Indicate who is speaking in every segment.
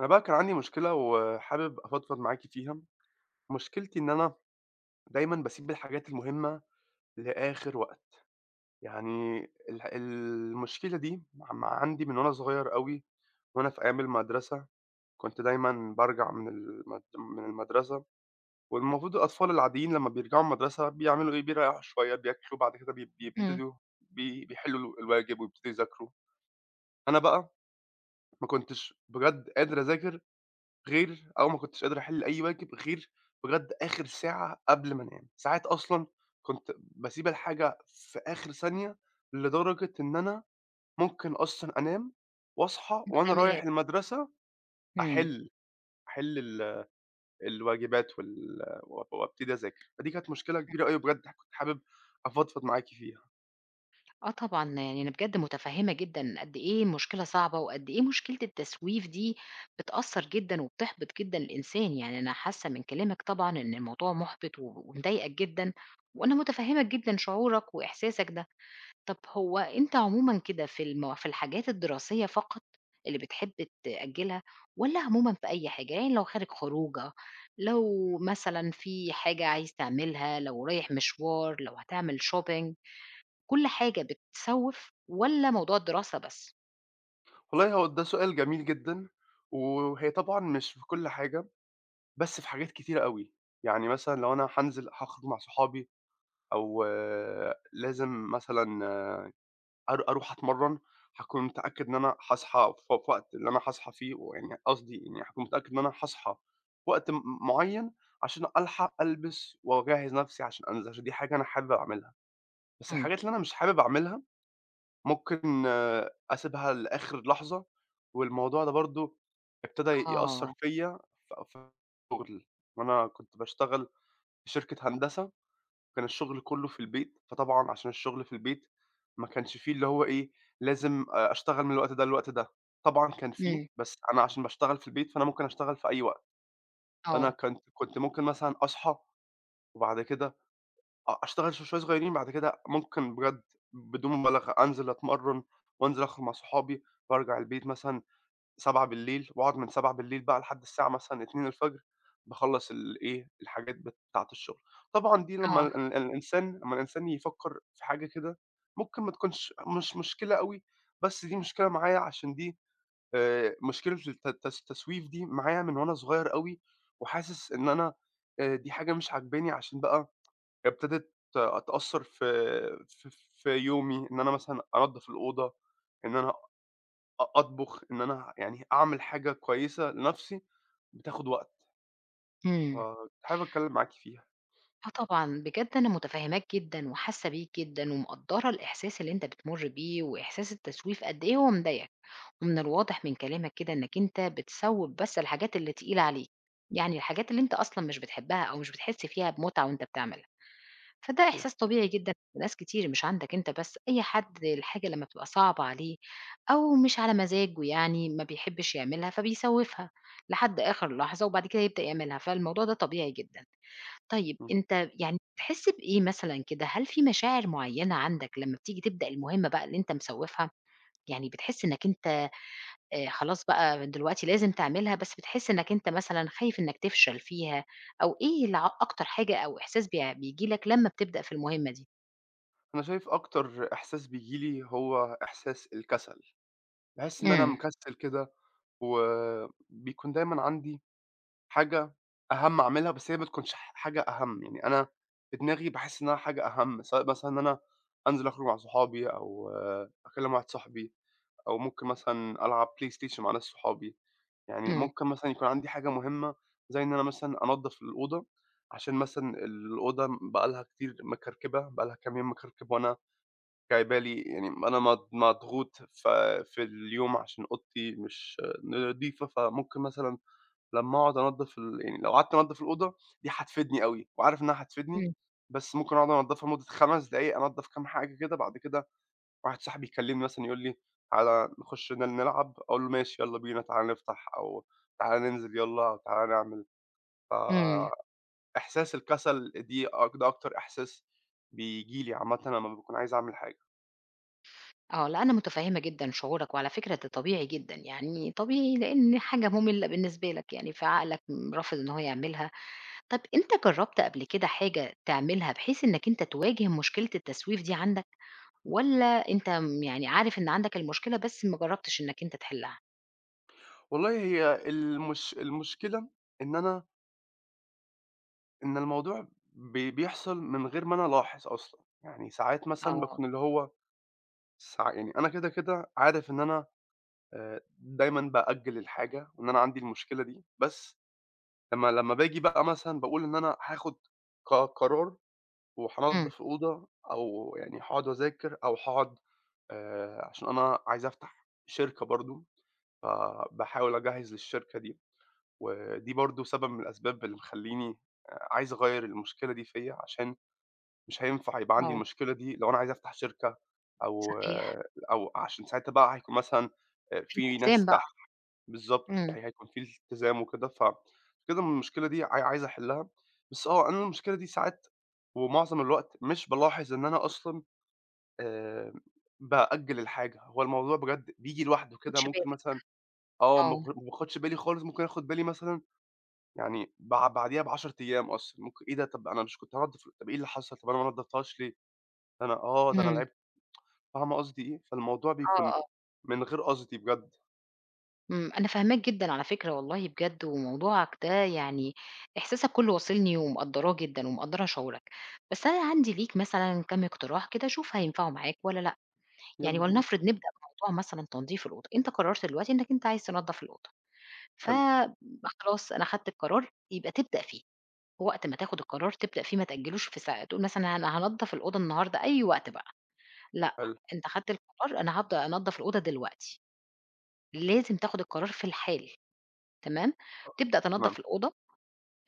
Speaker 1: أنا بقى كان عندي مشكلة وحابب أفضفض معاكِ فيها، مشكلتي إن أنا دايمًا باسيب الحاجات المهمة لآخر وقت، يعني المشكلة دي عندي من وأنا صغير أوي، وأنا في أيام المدرسة، كنت دايمًا بارجع من المدرسة والمفروض الأطفال العاديين لمّا بيرجعوا من المدرسة بيعملوا إيه، بيريّحوا شوية، بياكلوا، بعد كده بي
Speaker 2: إمم.
Speaker 1: بيبتدوا بيحلّوا الواجب ويبتدوا يذاكروا، أنا بقى ما كنتش بجد قادر أذاكر غير أو ما كنتش قادر أحل أي واجب غير بجد آخر ساعة قبل ما أنام، ساعات أصلًا كنت باسيب الحاجة في آخر ثانية، لدرجة إن أنا ممكن أصلًا أنام وأصحى
Speaker 2: ما
Speaker 1: وأنا رايح
Speaker 2: تعملهاش.
Speaker 1: المدرسة
Speaker 2: إمم.
Speaker 1: أحل، أحل الواجبات و وأبتدي أذاكر، فدي كانت مشكلة كبيرة أوي بجد كنت حابب أفضفض معاكِ فيها.
Speaker 2: آه طبعًا، يعني أنا بجد مُتفهِّمة جدًا قد إيه مشكلة صعبة وقد إيه مشكلة التسويف دي بتأثّر جدًا وبتحبط جدًا الإنسان، يعني أنا حاسّة من كلامك طبعًا إن الموضوع مُحبِط و ومضايقك جدًا وأنا مُتفهِّمة جدًا شعورك وإحساسك ده. طَب هو أنت عمومًا كده في الحاجات الدراسية فقط اللي بتحب تأجّلها والّا عمومًا في أي حاجة؟ يعني لو خارج خروجة، لو مثلًا في حاجة عايز تعملها، لو رايح مشوار، لو هتعمل shopping. كل حاجة بتسوّف والّا موضوع الدراسة بس؟
Speaker 1: والله هو ده سؤال جميل جدًا، وهي طبعًا مش في كل حاجة، بس في حاجات كتيرة أوي، يعني مثلًا لو أنا هانزل هاخرج مع صحابي أو آه، لازم مثلًا أروح أتمرّن، هاكون متأكد إن أنا هاصحى في وقت اللي أنا هاصحى فيه ويعني قصدي يعني هاكون متأكد إن أنا هاصحى في وقت معيّن عشان ألحق ألبس وأجهّز نَفْسي عشان أنزل، عشان دي حاجة أنا حابب أعملها. بس
Speaker 2: إمم.
Speaker 1: الحاجات اللي أنا مش حابب أعملها ممكن آه، أسيبها لآخر لحظة، والموضوع ده برضه ابتدى يأثّر
Speaker 2: آه.
Speaker 1: فيّا في الشغل، وأنا كنت باشتغل في شركة هندسة كان الشغل كلّه في البيت، فطبعًا عشان الشغل في البيت ما كانش في اللي هو إيه، لازم أشتغل من الوقت ده للوقت ده، طبعًا كان في،
Speaker 2: إمم.
Speaker 1: بس أنا عشان باشتغل في البيت فأنا ممكن أشتغل في أي وقت، فأنا
Speaker 2: آه.
Speaker 1: كنت ممكن مثلًا أصحى وبعد كده أشتغل شوية صغيّرين بعد كده ممكن بجد بدون مبالغة أنزل أتمرّن وأنزل أخرج مع صحابي وأرجع البيت مثلًا 19:00 وأقعد من 19:00 بقى لحد الساعة مثلًا 2:00 باخلّص الإيه، الحاجات بتاعة الشغل. طبعًا دي لمّا
Speaker 2: آه.
Speaker 1: ال ال الإنسان لمّا الإنسان يفكّر في حاجة كده، ممكن ما تكونش مش مشكلة أوي، بس دي مشكلة معايا عشان دي مشكلة التسويف دي معايا من وأنا صغير أوي، وحاسس إن أنا دي حاجة مش عاجباني عشان بقى ابتدت تأثّر في في يومي، إن أنا مثلًا أنضّف الأوضة، إن أنا أطبخ، إن أنا يعني أعمل حاجة كويسة لنفسي بتاخد وقت،
Speaker 2: إمم.
Speaker 1: فكنت حابب أتكلم معاكِ فيها.
Speaker 2: آه طبعًا. بجد أنا مُتفهّماك جدًا وحاسّة بيك جدًا ومقدّرة الإحساس اللي أنت بتمُر بيه وإحساس التسويف قد إيه هو مضايقك، ومن الواضح من كلامك كده إنّك أنت بتسوّف بس الحاجات اللي تقيلة عليك. يعني الحاجات اللي أنت أصلًا مش بتحبّها أو مش بتحس فيها بمُتعة وأنت بتعملها. فده إحساس
Speaker 1: صحيح،
Speaker 2: طبيعي جدًا لناس كتير مش عندك أنت بس، أي حد الحاجة لمّا بتبقى صعبة عليه أو مش على مزاجه يعني ما بيحبش يعملها، فبيسوّفها لحد آخر لحظة وبعد كده يبدأ يعملها، فالموضوع ده طبيعي جدًا. طيب
Speaker 1: إمم.
Speaker 2: أنت يعني بتحس بإيه مثلًا كده؟ هل في مشاعر معيّنة عندك لمّا بتيجي تبدأ المهمة بقى اللي أنت مسوّفها؟ يعني بتحس إنّك أنت خلاص بقى دلوقتي لازم تعملها، بس بتحس إنّك أنت مثلًا خايف إنّك تفشل فيها أو إيه أكتر حاجة أو إحساس بييجي لك لمّا بتبدأ في المهمة دي؟
Speaker 1: أنا شايف أكتر إحساس بييجي لي هو إحساس الكسل، باحس إن أنا
Speaker 2: إمم.
Speaker 1: مكسل كده وبيكون دايمًا عندي حاجة أهَم أعملها، بس هي ما بتكونش حاجة أهَم، يعني أنا في دماغي باحس إنها حاجة أهَم، سواء مثلًا إن أنا أنزل أخرج مع صحابي أو آه، أكلم واحد صاحبي. أو ممكن مثلًا ألعب PlayStation مع ناس صحابي، يعني
Speaker 2: إمم.
Speaker 1: ممكن مثلًا يكون عندي حاجة مهمة زي إن أنا مثلًا أنضف الأوضة، عشان مثلًا الأوضة بقى لها كتير مكركبة، بقى لها كام يوم مكركبة وأنا جايبه لي يعني أنا مضغوط في اليوم عشان أوضتي مش نضيفة، فممكن مثلًا لمّا أقعد أنضف ال يعني لو قعدت أنضف الأوضة دي هتفيدني أوي، وعارف إنها هتفيدني،
Speaker 2: إمم.
Speaker 1: بس ممكن أقعد أنضفها لمدة 5 دقايق، أنضف كام حاجة كده بعد كده واحد صاحبي يكلمني مثلًا يقول لي: "تعالَ نخش نلعب." أقول له: "ماشي يالّا بينا، تعالَ نفتح." أو "تعالَ ننزل يالّا." أو "تعالَ نعمل."
Speaker 2: إمم.
Speaker 1: فإحساس الكسل دي أك ده أكتر إحساس بييجي لي عامةً لمّا باكون عايز أعمل حاجة.
Speaker 2: آه، لأ أنا متفهمة جدًا شعورك، وعلى فكرة ده طبيعي جدًا، يعني طبيعي لإن حاجة مملة بالنسبة لك يعني، فعقلك رافض إن هو يعملها. طب أنت جربت قبل كده حاجة تعملها بحيث إنك أنت تواجه مشكلة التسويف دي عندك، والّا أنت يعني عارف إن عندك المشكلة بس ما جربتش إنك أنت تحلها؟
Speaker 1: والله هي المشكلة إن أنا إن الموضوع بيحصل من غير ما أنا ألاحظ أصلًا. يعني ساعات مثلًا
Speaker 2: آه.
Speaker 1: باكون اللي هو ساع يعني أنا كده عارف إن أنا دايمًا بأجّل الحاجة وإن أنا عندي المشكلة دي، بس لمّا باجي بقى مثلًا باقول إن أنا هاخد قرار
Speaker 2: إمم.
Speaker 1: وهانضّف أوضة أو يعني هاقعد أذاكر أو هاقعد عشان أنا عايز أفتح شركة برضه، فباحاول أجهّز للشركة دي، ودي برضه سبب من الأسباب اللي مخلّيني عايز أغيّر المشكلة دي فيّا عشان مش هينفع يبقى عندي
Speaker 2: آه.
Speaker 1: المشكلة دي لو أنا عايز أفتح شركة أو
Speaker 2: صحيح.
Speaker 1: أو عشان ساعتها بقى هيكون مثلًا
Speaker 2: في
Speaker 1: في
Speaker 2: التزام
Speaker 1: ناس
Speaker 2: بقى.
Speaker 1: تحت
Speaker 2: إمم.
Speaker 1: بالضبط،
Speaker 2: ما
Speaker 1: هيكون في التزام وكده، كده المشكلة دي عايز أحلها، بس آه، أنا المشكلة دي ساعات ومعظم الوقت مش بالاحظ إن أنا أصلًا آآ بأجّل الحاجة، هو الموضوع بجد بييجي لوحده كده
Speaker 2: خدتش بالك.
Speaker 1: ممكن مثلًا آه،
Speaker 2: آه.
Speaker 1: ما باخدش بالي خالص، ممكن آخد بالي مثلًا يعني بعديها ب10 أيام أصلًا، ممكن إيه ده طب أنا مش كنت هانضف طب إيه اللي حصل، طب أنا ما نضفتهاش ليه؟ ده أنا آه، ده أنا
Speaker 2: إمم.
Speaker 1: لعبت، فاهمة قصدي إيه؟ فالموضوع بيكون
Speaker 2: آه. آه.
Speaker 1: من غير قصدي بجد،
Speaker 2: أنا فاهماك جدًا على فكرة والله بجد، وموضوعك ده يعني إحساسك كلّه واصلني ومقدّراه جدًا ومقدّرة شعورك، بس أنا عندي ليك مثلًا كام اقتراح كده شوف هينفعوا معاك والّا لأ، يعني
Speaker 1: يالّا بينا،
Speaker 2: ولنفرض نبدأ بموضوع مثلًا تنضيف الأوضة، أنت قررت دلوقتي إنك أنت عايز تنضف الأوضة،
Speaker 1: حلو،
Speaker 2: فخلاص أنا خدت القرار يبقى تبدأ فيه، وقت ما تاخد القرار تبدأ فيه ما تأجّلوش في ساع تقول مثلًا أنا هانضف الأوضة النهارده أي وقت بقى، لأ،
Speaker 1: حلو،
Speaker 2: أنت خدت القرار أنا هابدأ أنضف الأوضة دلوقتي، لازم تاخد القرار في الحال. تمام، تبدأ
Speaker 1: تمام،
Speaker 2: تنضّف الأوضة،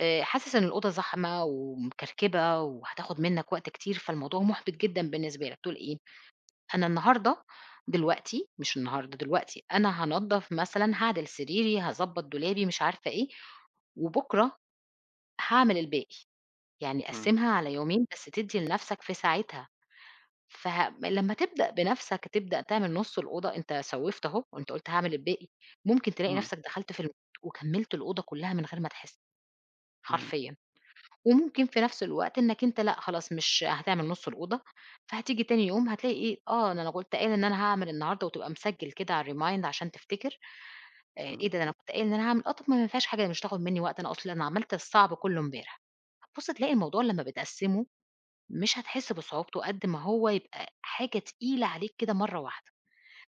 Speaker 2: حاسس إن الأوضة زحمة ومكركبة وهتاخد منّك وقت كتير، فالموضوع مُحبِط جدًا بالنسبة لك، تقول إيه، أنا النهارده دلوقتي مش النهارده، دلوقتي أنا هانضّف مثلًا، هاعدل سريري، هاضبّط دولابي، مش عارفة إيه، وبُكرة هاعمل الباقي، يعني
Speaker 1: إمم،
Speaker 2: قسّمها على يومين بس تدّي لنَفْسك في ساعتها، فه لمّا تبدأ بنَفْسك تبدأ تعمل نُص الأوضة، أنت سوّفت أهو وأنت قُلت هاعمل الباقي، ممكن تلاقي
Speaker 1: إمم،
Speaker 2: نَفْسك دخلت في الم وكمّلت الأوضة كلّها من غير ما تحس،
Speaker 1: إمم،
Speaker 2: حرفيًا. وممكن في نفس الوقت إنك أنت لأ، خلاص مش هتعمل نُص الأوضة، فهتيجي تاني يوم هتلاقي إيه، آه، ده أنا كنت قايل إن أنا هاعمل النهارده وتبقى مسجّل كده على الremind عشان تفتكر،
Speaker 1: إمم.
Speaker 2: إيه ده، ده أنا كنت قايل إن أنا هاعمل آه، طَب ما فيهاش حاجة مش هتاخد منّي وقت، أنا أصل أنا عملت الصعب كُلّه امبارح. هتبُص تلاقي الموضوع لمّا بتقسّمه مش هتحس بصعوبته قد ما هو يبقى حاجة تقيلة عليك كده مرّة واحدة.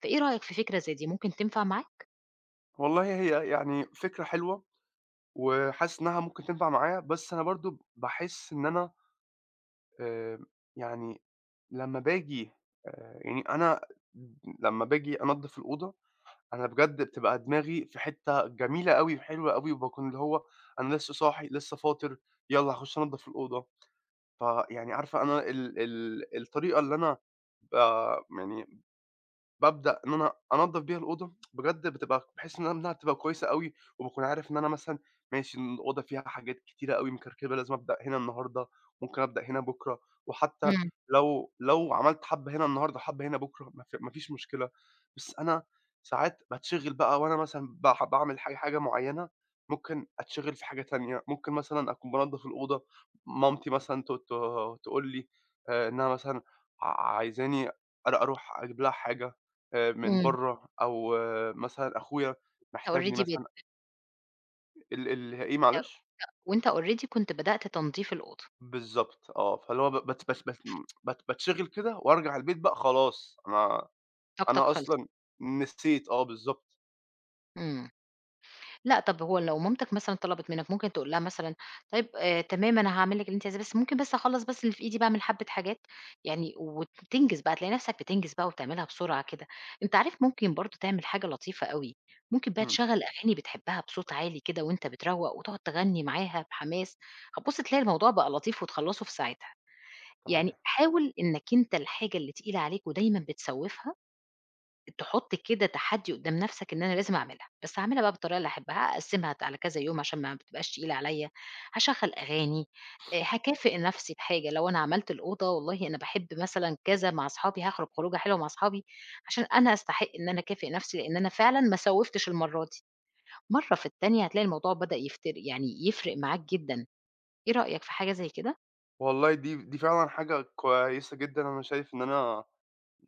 Speaker 2: فإيه رأيك في فكرة زي دي، ممكن تنفع معاك؟
Speaker 1: والله هي يعني فكرة حلوة، وحاسس إنها ممكن تنفع معايا، بس أنا برضه باحس إن أنا آآ، يعني لمّا باجي يعني أنا لمّا باجي أنضّف الأوضة، أنا بجد بتبقى دماغي في حتّة جميلة أوي وحلوة أوي، وباكون اللي هو أنا لسه صاحي، لسه فاطر، يالّا هاخش أنضّف الأوضة. فيعني عارفة أنا ال ال الطريقة اللي أنا ب يعني بابدأ إن أنا أنضّف بيها الأوضة، بجد بتبقى باحس إن أنا إنها بتبقى كويسة أوي، وباكون عارف إن أنا مثلًا ماشي إن الأوضة فيها حاجات كتيرة أوي مكركبة، لازم أبدأ هنا النهارده، ممكن أبدأ هنا بُكرة، وحتى
Speaker 2: إمم.
Speaker 1: لو عملت حبّة هنا النهارده وحبّة هنا بُكرة ما فيش مشكلة، بس أنا ساعات باتشغِل بقى وأنا مثلًا باعمل حاجة معيّنة، ممكن أتشغِل في حاجة تانية، ممكن مثلًا أكون بانضّف الأوضة، مامتي مثلًا ت ت تقول لي إنها مثلًا عايزاني أروح أجيب لها حاجة. من
Speaker 2: إمم.
Speaker 1: برّه أو آه، مثلًا أخويا
Speaker 2: أنت
Speaker 1: محتاجني
Speaker 2: already بت
Speaker 1: مثلًا ال ال إيه معلش؟
Speaker 2: وأنت already كنت بدأت تنضيف الأوضة،
Speaker 1: بالضبط آه، فاللي هو ب بت بت بت بت باتشغل كده وأرجع البيت بقى خلاص أنا
Speaker 2: طاقتك خلصت.
Speaker 1: أصلًا نسيت آه بالضبط،
Speaker 2: إمم. لأ، طب هو لو مامتك مثلًا طلبت منك ممكن تقول لها مثلًا طيب تمام أنا هاعمل لِك اللي أنتِ عايزاه، بس ممكن بس أخلّص بس اللي في إيدي، باعمل حبّة حاجات يعني وتنجز بقى، تلاقي نفسك بتنجز بقى وبتعملها بسرعة كده. أنت عارف ممكن برضه تعمل حاجة لطيفة أوي، ممكن بقى
Speaker 1: إمم،
Speaker 2: تشغّل أغاني بتحبها بصوت عالي كده وأنت بتروّق وتقعد تغني معاها بحماس، هتبُص تلاقي الموضوع بقى لطيف وتخلّصه في ساعتها. يعني
Speaker 1: صحيح.
Speaker 2: حاول إنك أنت الحاجة اللي تقيلة عليك ودايمًا بتسوّفها تحُط كده تحدّي قدّام نَفْسك إن أنا لازم أعملها، بس هاعملها بقى بالطريقة اللي أحبها، هاقسّمها على كذا يوم عشان ما بتبقاش تقيلة عليّا، هاشغّل أغاني، هاكافئ نَفْسي بحاجة، لو أنا عملت الأوضة والله أنا باحب مثلًا كذا مع أصحابي، هاخرج خروجة حلوة مع أصحابي عشان أنا أستحق إن أنا أكافئ نَفْسي لإن أنا فعلًا ما سوّفتش المَرّة دي. مرّة في التانية هتلاقي الموضوع بدأ يفتر يعني يفرق معاك جدًا، إيه رأيك في حاجة زي كده؟
Speaker 1: والله دي فعلًا حاجة كويسة جدًا، أنا شايف إن أنا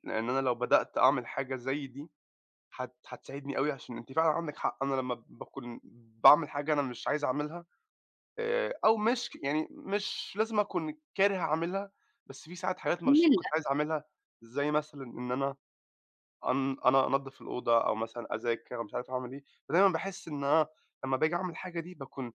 Speaker 1: لو بدأت أعمل حاجة زي دي هتساعدني أوي عشان أنتِ فعلًا عندِك حق، أنا لمّا باكون باعمل حاجة أنا مش عايز أعملها أو مش ك يعني مش لازم أكون كاره أعملها، بس في ساعات حاجات ما مش ما
Speaker 2: جميل.
Speaker 1: كنتش عايز أعملها، زي مثلًا إن أنا أنا أنضّف الأوضة أو مثلًا أذاكر أو مش عارف أعمل إيه، فدايمًا باحس إن أنا لمّا باجي أعمل الحاجة دي باكون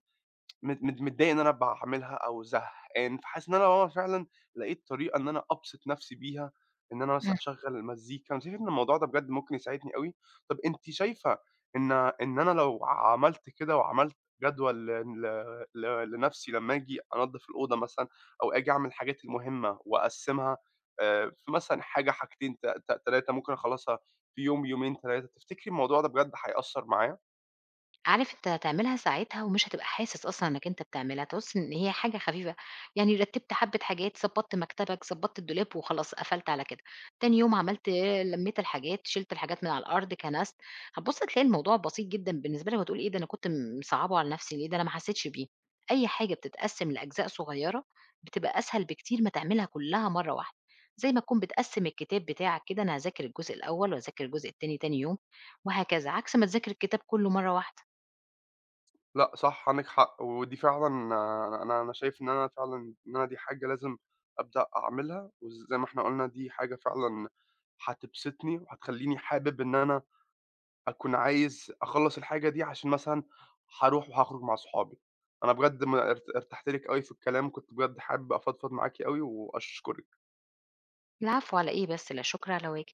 Speaker 1: مت مت متضايق إن أنا باعملها أو زهقان، فحاسس إن أنا آه فعلًا لقيت طريقة إن أنا أبسط نفسي بيها، إن أنا مثلًا أشغّل مزيكا، أنا شايف إن الموضوع ده بجد ممكن يساعدني أوي. طَب أنتِ شايفة إن إن أنا لو عملت كده وعملت جدول لنفسي لمّا آجي أنضّف الأوضة مثلًا أو آجي أعمل الحاجات المهمة وأقسّمها في مثلًا حاجة، حاجتين، ت ت 3 ممكن أخلّصها في يوم، يومين، 3، تفتكري الموضوع ده بجد هيأثّر معايا؟
Speaker 2: عارف أنت هتعملها ساعتها ومش هتبقى حاسس أصلًا إنّك أنت بتعملها، تحس إن هي حاجة خفيفة، يعني رتّبت حبّة حاجات، ضبّطت مكتبك، ضبّطت الدولاب وخلاص قفلت على كده، تاني يوم عملت آه، لمّيت الحاجات، شِلت الحاجات من على الأرض، كنست، هتبُص تلاقي الموضوع بسيط جدًا بالنسبة لك وهتقول إيه ده أنا كنت مصعّبه على نفسي ليه، ده أنا ما حسيتش بيه، أي حاجة بتتقسّم لأجزاء صغيّرة بتبقى أسهل بكتير ما تعملها كلّها مرّة واحدة، زي ما تكون بتقسّم الكتاب بتاعك كده أنا هاذاكر الجزء الأول وهاذاكر الجزء التاني تاني يوم وهكذا، عكس ما تذاكر الكتاب كلّه مرّة واحدة.
Speaker 1: لأ صح، عندِك حق، ودي فعلًا أنا شايف إن أنا فعلًا إن أنا دي حاجة لازم أبدأ أعملها، وزي ما إحنا قُلنا دي حاجة فعلًا هتبسطني وهتخلّيني حابب إن أنا أكون عايز أخلّص الحاجة دي عشان مثلًا هاروح وهاخرج مع صحابي. أنا بجد م ار ارتحت لِك أوي في الكلام، كنت بجد حابب أفضفض معاكِ أوي وأشكرِك.
Speaker 2: العفو على إيه بس، لا شكر على واجب.